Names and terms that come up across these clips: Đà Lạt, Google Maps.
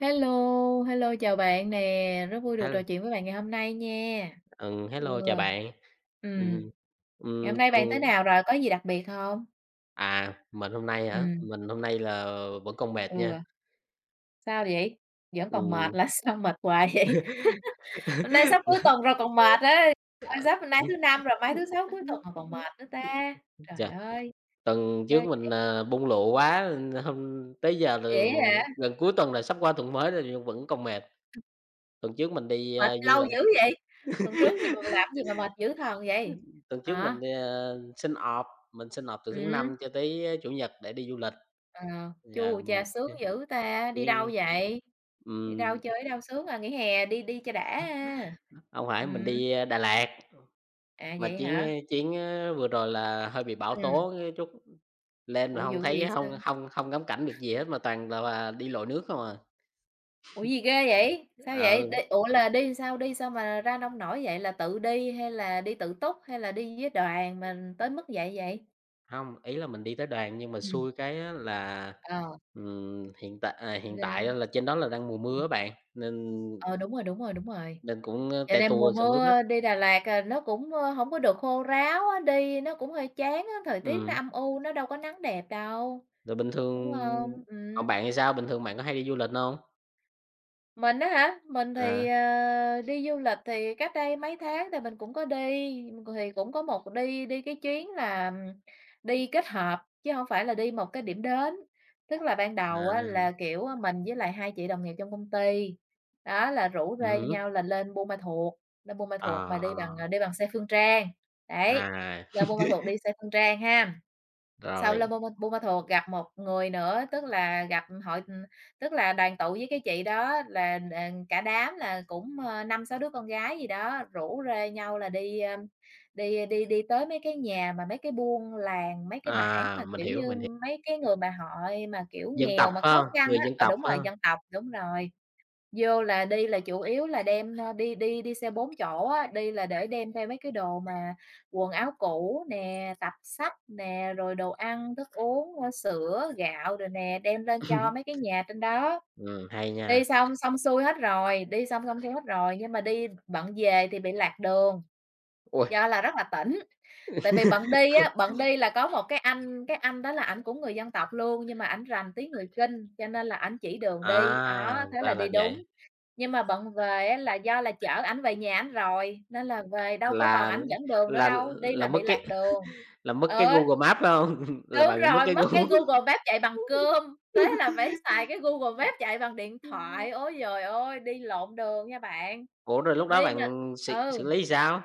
Hello, hello, chào bạn nè, rất vui được trò Hel chuyện với bạn ngày hôm nay nha. Ừ. Hello, chào bạn. Ừ. Ừm, Ngày ừm, hôm nay bạn thế tôi nào rồi, có gì đặc biệt không? Mình hôm nay Ừ. hả? Mình hôm nay là vẫn còn mệt nha. Ừ, sao vậy? Vẫn còn mệt Ừm, là sao mệt hoài vậy? Hôm nay sắp là cuối tuần rồi còn mệt á, ôi, sắp hôm nay thứ Năm rồi, mai thứ Sáu cuối tuần mà còn mệt nữa ta. Trời Chà, ơi, tuần trước sao mình, bung lụa quá hôm tới giờ là vậy hả? gần cuối tuần rồi, sắp qua tuần mới rồi nhưng vẫn còn mệt. Tuần trước mình đi, Mệt du lâu lịch, dữ vậy? Tuần trước gì mà làm gì mà mệt dữ thần vậy? tuần trước Hả? mình đi, xin off, mình xin off từ thứ Ừ. Năm cho tới Chủ nhật để đi du lịch. Ờ, Yeah, chu, mình chà, sướng dữ ta! Đi đâu đi, vậy? Đi đâu ừm, chơi ở đâu sướng à? Nghỉ hè đi đi cho đã ha. hông phải, mình Ừm, đi Đà Lạt. À, Mà vậy hả? chuyến chuyến vừa rồi là hơi bị bão Ừm, tố cái chút lên mà Ủa, hông vụ thấy gì sao? hông hông hông ngắm cảnh được gì hết mà toàn là đi lội nước không à. Ủa, gì ghê vậy? Sao vậy? Ừ, Ủa, là đi sao mà ra nông nổi vậy? Là tự đi hay là đi tự túc hay là đi với đoàn mà tới mức vậy vậy? hông, ý là mình đi tới đoàn nhưng mà Ừm. xui cái á là, Ờ, hiện tại sao? á là trên đó là đang mùa mưa Ừm, á bạn, nên ờ, đúng rồi, đúng rồi, đúng rồi. nên cũng, Dạo te này mùa tua sầm uất hết. mưa đi Đà Lạt, nó cũng, hổng có được khô ráo á, đi nó cũng hơi chán á, thời tiết nó Ừm, âm u, nó đâu có nắng đẹp đâu, rồi bình đúng thường không? Còn Ừm. bạn thì sao? Bình thường bạn có hay đi du lịch hông? Mình á hả? Mình thì, À, đi du lịch thì cách đây mấy tháng thì mình cũng có đi, thì cũng có một đi đi cái chuyến là đi kết hợp, chứ không phải là đi một cái điểm đến. Tức là ban đầu á à, là, kiểu, mình với lại 2 chị đồng nghiệp trong công ty, đó, là rủ rê hứm, nhau là lên Buôn Ma Thuột, lên Buôn Ma ờ, Thuột mà đi bằng xe Phương Trang, đấy, à, lên Buôn Ma Thuột đi xe Phương Trang ha. Sau rồi, lên Buôn Ma Thuột gặp một người nữa, tức là gặp hội, tức là đoàn tụ với cái chị đó là, cả đám là cũng, 5, 6 đứa con gái gì đó, rủ rê nhau là đi, ơ, đi đi đi tới mấy cái nhà mà mấy cái buôn làng, mấy cái bản à, mà, mình kiểu hiểu. như, mấy cái người mà họ mà, kiểu, Dân tộc nghèo mà phải khó hông? khăn Người á. dân Ờ, tộc đúng phải rồi, hông? dân tộc, đúng rồi. Vô là đi là chủ yếu là đem, ơ, đi đi đi xe 4 chỗ á, đi là để đem theo mấy cái đồ mà quần áo cũ nè, tập sách nè, rồi đồ ăn, thức uống, sữa, gạo rồi nè, đem lên cho mấy cái nhà trên đó. Hay nha. Đi xong xong xuôi hết rồi, nhưng mà đi bận về thì bị lạc đường, Ôi! do là rất là tỉnh. Tại vì bận đi á, bận đi là có một cái anh đó là ảnh cũng người dân tộc luôn, nhưng mà ảnh rành tiếng người Kinh, cho nên là ảnh chỉ đường đi, đó, À, thế là ra là đi đúng. vậy, Nhưng mà bận về á là do là chở ảnh về nhà ảnh rồi, nên là về đâu có còn là ảnh dẫn đường nữa là đâu, đi là là bị lạc đường. Mất cái Ờ, Google Maps, phải hông? ừ, Là đúng bạn bị mất rồi, cái mất cái Google. Google Maps chạy bằng cơm, thế là phải xài cái Google Maps chạy bằng điện thoại. Ôi giời ơi, đi lộn đường nha bạn, Ủa, rồi lúc đó đi mà. bạn xử xử Ừ. lý sao?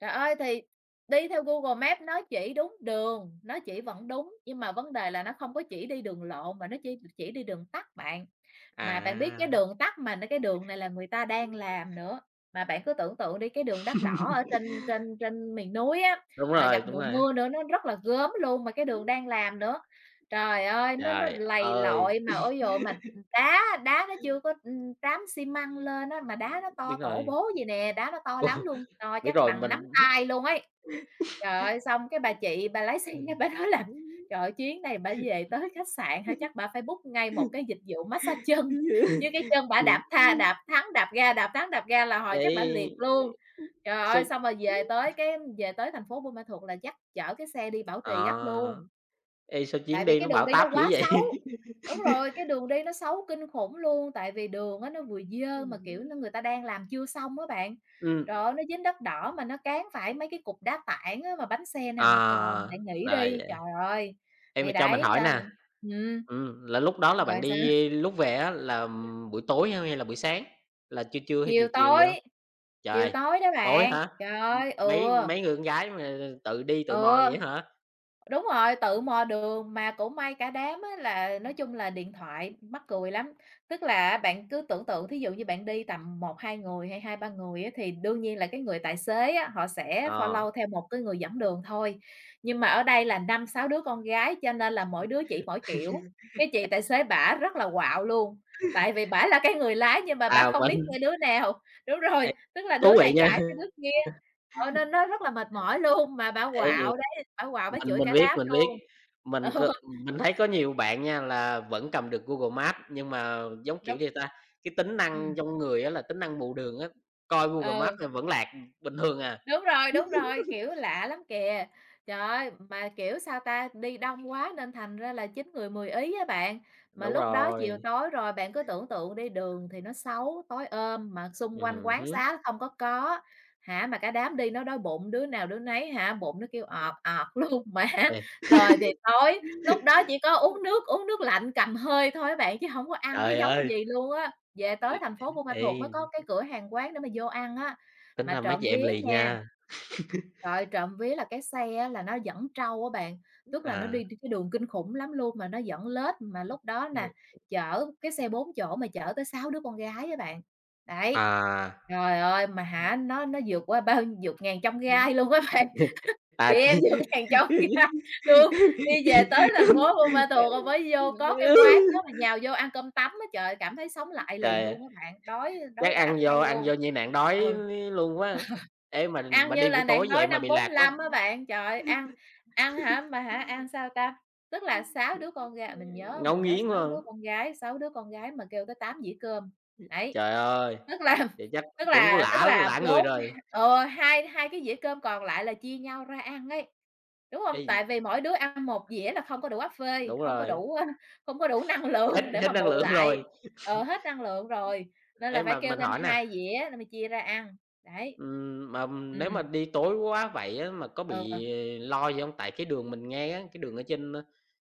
Trời ơi, thì đi theo Google Maps nó chỉ đúng đường, nó chỉ vẫn đúng, nhưng mà vấn đề là nó không có chỉ đi đường lộn mà nó chỉ đi đường tắt bạn. Mà bạn biết cái À, đường tắt mà nó cái đường này là người ta đang làm nữa, mà bạn cứ tưởng tượng đi, cái đường đất đỏ ở trên trên trên miền núi á, đúng mà rồi, gặp đúng mùa rồi. mưa nữa nó rất là gớm luôn, mà cái đường đang làm nữa. Trời ơi, nó Trời lầy ơi, lội mà, ôi giời mà. Đá nó chưa có, trám xi măng lên á, mà đá nó to đúng tổ rồi, bố vậy nè, đá nó to ô, lắm luôn, to biết chắc rồi bằng nắm tay luôn ấy. Trời ơi, xong cái bà chị bà lái xe bả nói là "Trời ơi, chuyến này bả về tới khách sạn hả, chắc bả phải book ngay một cái dịch vụ mát-xa chân, chứ cái chân bả đạp thắng đạp ga, đạp thắng đạp ga là hồi chắc bả liệt Vậy luôn." Trời sao? ơi, xong rồi về tới thành phố Buôn Ma Thuột là dắt chở cái xe đi bảo trì gấp luôn, ờ, Sao chuyến tại vì đi nó cái đường bão đi nó táp dữ quá vậy? xấu. Đúng rồi, cái đường đi nó xấu kinh khủng luôn, tại vì đường á, nó vừa dơ mà, kiểu, nó người ta đang làm chưa xong á bạn. Ừm. Trời ơi, nó dính đất đỏ mà nó cán phải mấy cái cục đá tảng á, mà bánh xe nào À, mà còn, bạn nghĩ ra là đi, trời vậy. ơi. Em mà Thì cho mình đấy, hỏi nên nè, là ừm, là lúc đó là rồi bạn sao? đi lúc về á là, buổi tối hay là buổi sáng? Là trưa trưa hay chiều Chiều chiều vậy hông? tối, Chiều Trời, tối đó tối bạn, hả? trời ơi, Mấy ừ, mấy người con gái mà tự đi tự mò vậy ừ. hả? Đúng rồi, tự mò đường mà cũng may cả đám á là nói chung là điện thoại mắc cười lắm. Tức là bạn cứ tưởng tượng thí dụ như bạn đi tầm một 2 người hay 2 3 người á, thì đương nhiên là cái người tài xế á, họ sẽ Ờ, follow theo một cái người dẫn đường thôi. Nhưng mà ở đây là 5 6 đứa con gái cho nên là mỗi đứa chỉ mỗi kiểu. Cái chị tài xế bả rất là quạo luôn. Tại vì bả là cái người lái nhưng mà bả à, không biết mình nghe đứa nào. Đúng ê, rồi, tức là thú đứa vị này nha. cãi với đứa kia, ờ, nên nó rất là mệt mỏi luôn mà bả Ê, quạo. Bảo quạo bá mình chửi mình cả biết, đám mình biết. luôn. Mình c Ờ, mình thấy có nhiều bạn nha là vẫn cầm được Google Maps nhưng mà, giống kiểu đúng. gì ta, cái tính năng Ừm, trong người á là tính năng mù đường á, coi Google Maps ờ. là vẫn lạc bình thường à. Đúng rồi, kiểu, lạ lắm kìa. Trời ơi, mà, kiểu, sao ta, đi đông quá nên thành ra là 9 người 10 ý á bạn. Mà Đúng lúc đó chiều rồi, tối rồi, bạn cứ tưởng tượng đi, đường thì nó xấu, tối om, mà xung quanh quán hứm. xá không có, hả, mà cả đám đi nó đói bụng, đứa nào đứa nấy hả, bụng nó kêu "ọt, ọt" luôn. Mà Ê, rồi thì tối, lúc đó chỉ có uống nước lạnh cầm hơi thôi á bạn, chứ không có ăn cái trời giống ơi! gì luôn á. Về tới thành phố Buôn Ma Thuột mới Ê, có cái cửa hàng quán để mà vô ăn á. tính Mà ra mấy chị trộm em vía lì nha. nha. Trời ơi, trộm vía là cái xe á là nó dẫn trâu á bạn, tức là nó à, đi cái đường kinh khủng lắm luôn mà nó dẫn lết, mà lúc đó nè, ừm, chở cái xe 4 chỗ mà chở tới 6 đứa con gái á bạn. Đấy, à, trời ơi, mà hả, nó vượt qua vượt ngàn chông gai luôn á bạn, chị à, em vượt ngàn chông gai luôn, đi về tới thành phố Buôn Ma Thuột rồi mới vô có cái quán đó mà nhào vô ăn cơm tấm á, trời ơi, cảm thấy sống lại liền Trời ơi, luôn á bạn, đói chắc đói rã thay ăn luôn. vô như nạn đói Ừ. luôn quá. Ê, mà Ăn mà như đi buổi là tối nạn vậy đói mà năm bị lạc có 45 á bạn, trời ơi, ăn ăn hả, mà hả, ăn sao ta? Tức là 6 đứa con ga mình nhớ ngấu mình nhớ nghiến hông? 6 đứa con gái mà kêu tới 8 dĩa cơm, đấy. Trời ơi, Tức là vậy chắc tức cũng là tức lả là lả người rồi. Hai hai cái dĩa cơm còn lại là chia nhau ra ăn ấy, đúng không? Ê, Tại vì mỗi đứa ăn một dĩa là không có đủ áp phê, đúng không có rồi, đủ không có đủ năng hết lượng để hết mà năng bù lượng lại, rồi. ờ, hết năng lượng rồi, nên Ê, là phải mà kêu mình thêm hỏi nè. 2 dĩa để mà chia ra ăn. Đấy. Mà Ừm, nếu mà đi tối quá vậy á, mà có ừ, bị lo gì không? Tại cái đường mình nghe á, cái đường ở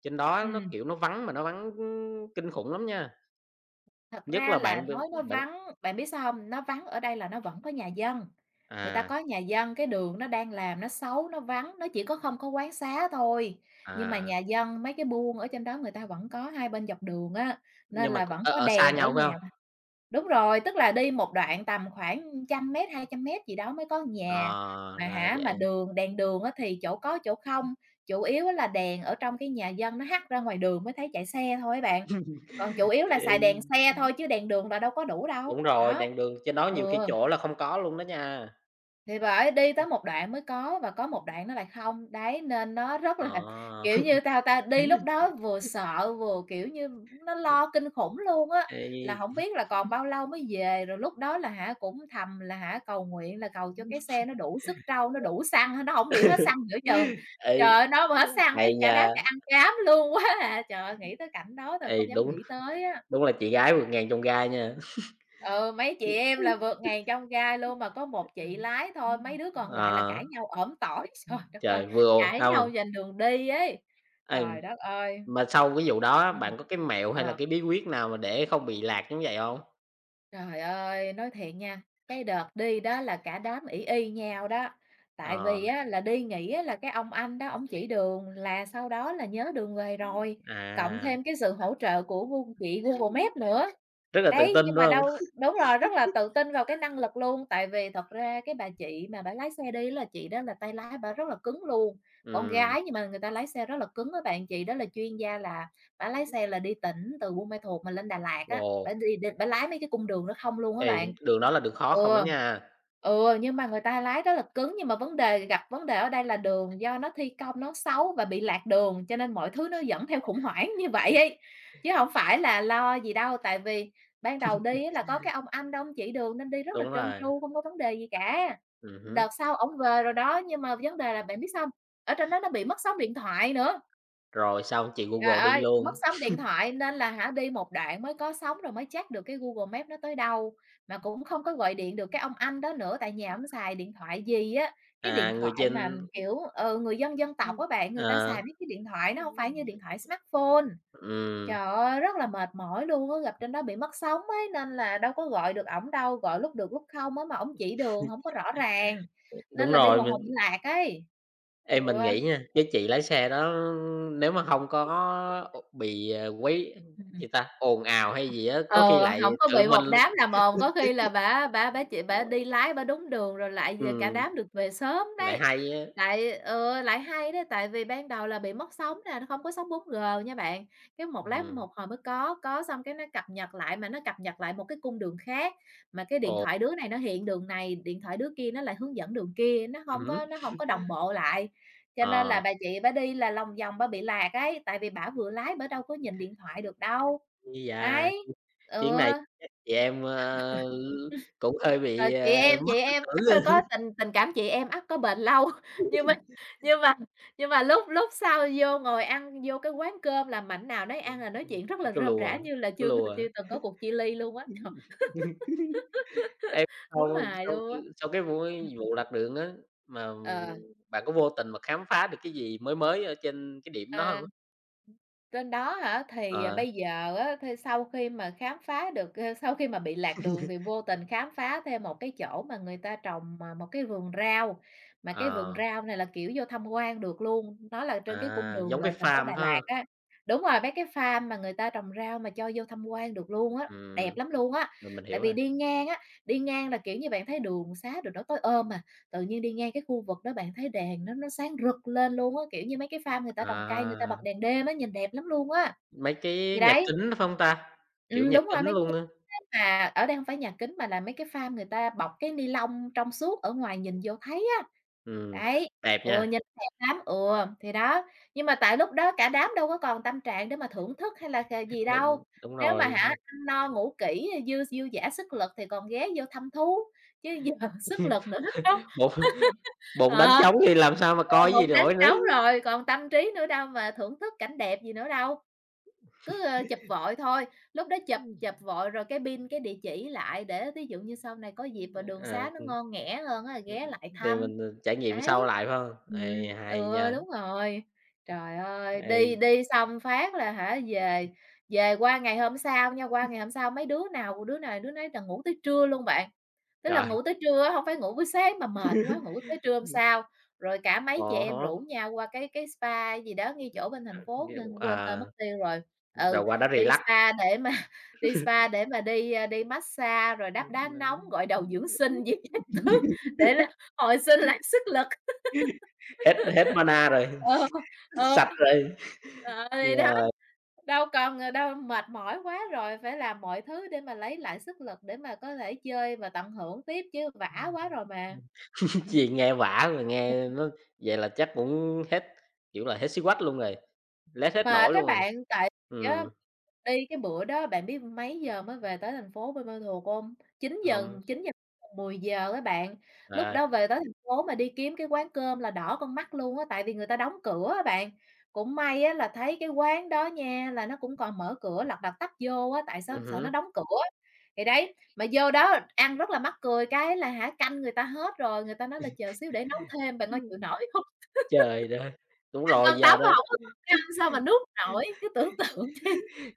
trên đó nó, ừm, kiểu, nó vắng mà nó vắng kinh khủng lắm nha, Thật nhất ra là là bạn được nói nó bạn vắng bạn biết sao hông? Nó vắng ở đây là nó vẫn có nhà dân, người ta à, có nhà dân, cái đường nó đang làm nó xấu, nó vắng, nó chỉ có không có quán xá thôi. Nhưng mà à, nhà dân, mấy cái buôn ở trên đó người ta vẫn có hai bên dọc đường á, nên nhưng mà là vẫn ở có ở xa đèn ở nhau, phải không? nhà. Đúng rồi, tức là đi một đoạn tầm khoảng 100 m, 200 m gì đó mới có nhà. Ờ, Mà ra hả, mà vậy. đèn đường á thì chỗ có chỗ không, chủ yếu á là đèn ở trong cái nhà dân nó hắt ra ngoài đường mới thấy chạy xe thôi á bạn, còn chủ yếu là Ê, xài đèn xe thôi chứ đèn đường là đâu có đủ đâu, đúng rồi, đó. đèn đường trên đó nhiều khi Ừ. chỗ là không có luôn đó nha. Thì bởi, đi tới một đoạn mới có và có một đoạn nó lại không, đấy, nên nó rất là, Ờ. kiểu như, đi lúc đó vừa sợ vừa, kiểu như, nó lo kinh khủng luôn á, là Ê, không biết là còn bao lâu mới về, rồi lúc đó là hả, cũng thầm là hả, cầu nguyện là cầu cho cái xe nó đủ sức trâu, nó đủ xăng, nó không bị hết xăng giữa chừng. Trời ê, ơi, nó mà hết xăng hay cái cả nha, đám cái ăn cám luôn quá à, trời ơi, nghĩ tới cảnh đó thôi không dám đúng nghĩ tới á. đúng là chị gái vượt ngàn chông gai nha. Ừ, mấy chị em là vượt ngàn chông gai luôn, mà có một chị lái thôi, mấy đứa còn lại là Ờ. cãi nhau ỏm tỏi. Trời đất ơi, Trời, vừa ồ cãi không nhau giành đường đi ấy. ê, Trời đất ơi! Mà sau cái vụ đó Ừm. bạn có cái mẹo hay là Ờ, cái bí quyết nào mà để không bị lạc giống vậy không? trời ơi, nói thiệt nha, cái đợt đi đó là cả đám ỷ y nhau đó, tại Ờ, vì á là đi nghỉ á là cái ông anh đó ông chỉ đường là sau đó là nhớ đường về rồi, cộng à, thêm cái sự hỗ trợ của Gu chị Google Maps nữa. rất là tự Đấy, tin, nhưng phải mà hông? đâu đúng rồi, rất là tự tin vào cái năng lực luôn, tại vì thật ra cái bà chị mà bả lái xe đi là chị đó là tay lái bả rất là cứng luôn. Con Ừm, gái nhưng mà người ta lái xe rất là cứng á bạn, chị đó là chuyên gia là bả lái xe là đi tỉnh từ Buôn Ma Thuột mà lên Đà Lạt á, ồ, bả đi đ bả lái mấy cái cung đường nó không luôn á ê, bạn. đường đó là đường khó không đó Ừ. nha. Ừ, nhưng mà người ta lái rất là cứng, nhưng mà vấn đề ở đây là đường do nó thi công nó xấu và bị lạc đường, cho nên mọi thứ nó dẫn theo khủng hoảng như vậy ấy, chứ hổng phải là lo gì đâu, tại vì ban đầu đi á là có cái ông anh đó ông chỉ đường nên đi rất là Đúng trơn rồi, tru, không có vấn đề gì cả. Hứm, Đợt sau ổng về rồi đó, nhưng mà vấn đề là bạn biết sao hông? Ở trên đó nó bị mất sóng điện thoại nữa. rồi xong chị Trời Google đi ơi, mất luôn. sóng điện thoại nên là hả, đi một đoạn mới có sóng rồi mới check được cái Google Maps nó tới đâu, mà cũng không có gọi điện được cái ông anh đó nữa, tại nhà ổng xài điện thoại gì á, cái À, điện người thoại mà, trên kiểu, ừ, người dân dân tộc á bạn, à người ta Ờ, xài mấy cái điện thoại nó hông phải như điện thoại smartphone. Trời ơi, rất là mệt mỏi luôn á, gặp trên đó bị mất sóng ấy, nên là đâu có gọi được ổng đâu, gọi lúc được lúc không á, mà ổng chỉ đường hổng có rõ ràng, nên đúng là đi rồi, một hồi bị lạc ấy. Ừ. Ê, mình nghĩ nha, cái chị lái xe đó nếu mà không có bị, quấy Ừm. gì ta, ồn ào hay gì á, có khi Ờ, lại hổng có tự bị mình một đám làm ồn, có khi là bả bả bả chị, bả đi lái bả đúng đường rồi lại về cả đám được về sớm lại đấy. hay á. Tại ừ, lại hay đó, tại vì ban đầu là bị mất sóng nè, nó không có sóng 4G nha bạn, cái một lát Ừm, một hồi mới có xong cái nó cập nhật lại, mà nó cập nhật lại một cái cung đường khác, mà cái điện ồ, thoại đứa này nó hiện đường này, điện thoại đứa kia nó lại hướng dẫn đường kia, ừm nó hông có đồng bộ lại. Cho nên ờ, là bà chị bả đi là lòng vòng bả bị lạc ấy, tại vì bả vừa lái bả đâu có nhìn điện thoại được đâu. ây Đấy, ừ. Chuyến này chắc chị em, cũng hơi Rồi bị, chị em chị mất tự em tưởng ắt là có á. tình tình cảm chị em ắt có bền lâu, nhưng mà nhưng mà nhưng mà lúc lúc sau vô ngồi ăn vô cái quán cơm là mảnh nào nấy ăn, Ừm, là nói chuyện rất là có rôm rả lùa, như là có lùa. chưa từng có cuộc chia ly luôn á. Ê, Đúng sau hài sau luôn á. sau cái vụ Ừm, vụ lạc đường á, mà ờ. bạn có vô tình mà khám phá được cái gì mới mới ở trên cái điểm đó À. hông? Trên đó hả? Thì, à, Ờ, bây giờ á, thì sau khi mà khám phá được ơ, sau khi mà bị lạc đường thì vô tình khám phá thêm một cái chỗ mà người ta trồng, à, một cái vườn rau, mà cái vườn ờ, rau này là, kiểu, vô tham quan được luôn, nó là trên cái cung đường giống cái về thành phố farm Đà ha? Lạt á. Đúng rồi, mấy cái farm mà người ta trồng rau mà cho vô tham quan được luôn á, đẹp Ừm, lắm luôn á. rồi mình Tại hiểu vì rồi. đi ngang á, đi ngang là, kiểu như, bạn thấy đường xá đồ nó tối om à. Tự nhiên đi ngang cái khu vực đó bạn thấy đèn nó sáng rực lên luôn á, kiểu như, mấy cái farm người ta trồng cây, người ta À, bật đèn đêm á, nhìn đẹp lắm luôn á. mấy cái Thì nhà đấy, kính phải hông ta? Kiểu nhà đúng kính rồi, mấy cái nhà luôn á, kính á mà ở đây hông phải nhà kính mà là mấy cái farm người ta bọc cái ni lông trong suốt ở ngoài nhìn vô thấy á. ừm, Đấy, đẹp ừ, nha, nhìn đẹp lắm, ừ, thì đó, nhưng mà tại lúc đó cả đám đâu có còn tâm trạng để mà thưởng thức hay là gì đâu. ừm, đúng Nếu rồi. mà hả, ăn no ngủ kỹ, dư dư dả sức lực thì còn ghé vô thăm thú, chứ giờ sức lực nữa đó. Bồn bồn đánh Ờ. trống thì làm sao mà Ừ, coi cái gì hồn đánh nổi nữa. trống rồi, còn tâm trí nữa đâu mà thưởng thức cảnh đẹp gì nữa đâu. Cứ, ơ, chụp vội thôi, lúc đó chụp chụp vội rồi cái địa chỉ lại để ví dụ như sau này có dịp, ờ, đường À, xá nó ngon nghẻ hơn á, ghé lại thì thăm. mình, trải nghiệm sau Đấy. lại phải hông? Ê, hay Ừ, nha, đúng rồi. Trời ơi, ê, đi đi xong phát là hả, về, về qua ngày hôm sau nha, qua ngày hôm sau mấy đứa đứa này đứa nấy là ngủ tới trưa luôn bạn. Tức là trời! ngủ tới trưa á, hông phải ngủ buổi sáng mà mệt quá, ngủ tới trưa hôm sau, rồi cả Ờ mấy chị em há, rủ nhau qua cái spa gì đó ngay chỗ bên thành phố, nghĩa là quên tên mất tiêu rồi. là Ừ, qua đó đi relax. spa để mà đi spa để mà đi massage rồi đắp đá nóng, gội đầu dưỡng sinh với các thứ để là hồi sinh lại sức lực. Hết hết mana rồi, Ờ, ờ. sạch rồi. Ờ, thì đó, Yeah. đâu còn, ờ, đâu mệt mỏi quá rồi, phải làm mọi thứ để mà lấy lại sức lực để mà có thể chơi và tận hưởng tiếp chứ vã quá rồi mà. Ừm. Chuyện nghe vã mà nghe nó vậy là chắc cũng hết, kiểu là, hết xí quách luôn rồi, lết hết Mệt nổi á luôn rồi. bạn, tại vì Ừm, á, đi cái bữa đó bạn biết mấy giờ mới về tới thành phố Buôn Ma Thuột hông? chín giờ hông, chín giờ mười giờ á bạn. trời Lúc ơi, đó về tới thành phố mà đi kiếm cái quán cơm là đỏ con mắt luôn á, tại vì người ta đóng cửa á bạn. Cũng may á là thấy cái quán đó nha, là nó cũng còn mở cửa, lật đật tấp vô á, tại sao sợ nó hứm. đóng cửa. Thì đấy, mà vô đó ăn rất là mắc cười cái là hả, canh người ta hết rồi, người ta nói là "Chờ xíu để nấu thêm", bạn ơi chịu nổi hông? Trời đất! Đúng rồi, giờ đó 180 hổng có thức ăn sao mà nuốt nổi, cứ tưởng tượng đi.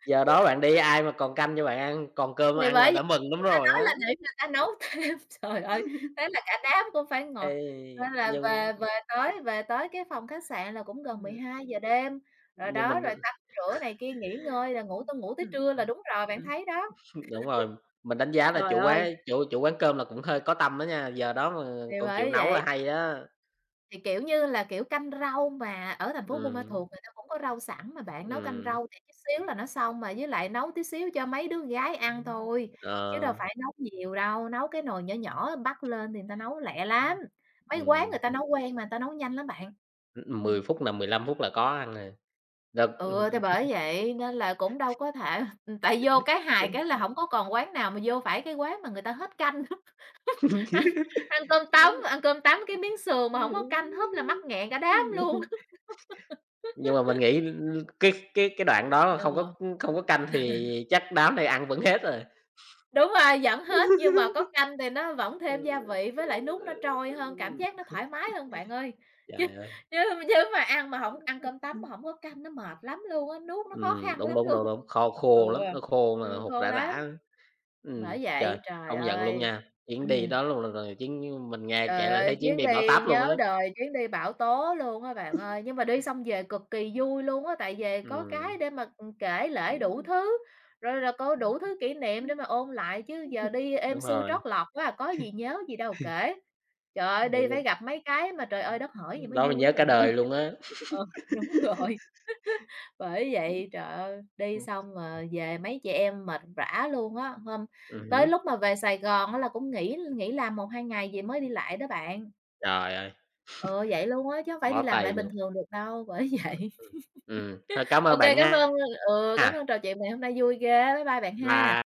giờ đó bạn đi ai mà còn canh cho bạn ăn, còn cơm Thì ăn bởi là vậy đã mừng lắm rồi nói á. là để người ta nấu thêm, trời ơi, thế là cả đám cũng phải ngồi Ê, nên là nhưng về về tới cái phòng khách sạn là cũng gần mười ừm, hai giờ đêm, rồi nhưng đó, mình rồi tắm rửa này kia, nghỉ ngơi là ngủ tới trưa là đúng rồi, ờ bạn thấy đó. Đúng rồi, mình đánh giá là Trời chủ ơi, quán chủ chủ quán cơm là cũng hơi có tâm đó nha, giờ đó mà thì còn chịu bởi nấu là vậy hay đó. thì, kiểu như là, kiểu, canh rau mà ở thành phố Buôn Ma Ừm, Thuột người ta cũng có rau sẵn mà bạn, nấu canh ừm. rau thì chút xíu là nó xong, mà với lại nấu tí xíu cho mấy đứa gái ăn thôi, chứ đâu Ờ, phải nấu nhiều đâu, nấu cái nồi nhỏ nhỏ bắc lên thì người ta nấu lẹ lắm, mấy quán ừm, người ta nấu quen mà người ta nấu nhanh lắm bạn. Ừm. phút là 15 phút là có ăn rồi. Đợt Ừ, thì bởi vậy nên là cũng đâu có thể tại vô cái hài cái là hổng có còn quán nào mà vô phải cái quán mà người ta hết canh ăn ăn cơm tấm, cái miếng sườn mà hổng có canh húp là mắc nghẹn cả đám luôn. Nhưng mà mình nghĩ cái đoạn đó mà không có Ừ. không có canh thì chắc đám này ăn vẫn hết rồi. Đúng rồi, vẫn hết nhưng mà có canh thì nó vẫn thêm gia vị với lại nước nó trôi hơn, cảm giác nó thoải mái hơn bạn ơi. Chứ Trời ơi! chứ chứ mà ăn mà hổng ăn cơm tấm mà hổng có canh nó mệt lắm luôn á, nuốt nó khó khăn Đúng, lắm đúng, đúng, luôn. đúng, Ừ. khô lắm, nó khô mà hột khô rã lắm, rã. Bởi Trời, vậy, trời công nhận luôn ơi. nha, chuyến đi Ừm. đó luôn là chuyến mình nghe kể Trời là thấy ơi, chuyến chuyến đi bão đi táp luôn nhớ á. đời, chuyến đi bão tố luôn á bạn ơi, nhưng mà đi xong về cực kỳ vui luôn á, tại về có Ừm, cái để mà, ừ, kể lể đủ đúng, thứ, rồi là có đủ thứ kỷ niệm để mà ôn lại chứ giờ đi êm đúng xuôi rồi, trót lọt quá à, có gì nhớ gì đâu kể. Trời ơi, đi phải gặp mấy cái mà trời ơi đất hỡi gì mới đó mình vui nhớ á cả bạn ơi. đời luôn á. Ờ, đúng rồi. Bởi Ừm, vậy, trời ơi, đi ừm, xong mà về mấy chị em mệt rã luôn á, tới hứm, lúc mà về Sài Gòn á là cũng nghỉ nghỉ làm một hai ngày vậy mới đi lại đó bạn. trời ơi, Ừ, vậy luôn á, chứ hông phải bó đi làm tay lại bình luôn. thường được đâu, bởi vậy. Ừm, thôi cảm Ô ơn kê, bạn cảm ơn, nha, ừ, cảm ơn trò chuyện ngày hôm nay vui ghê. Bye bye bạn ha. bye.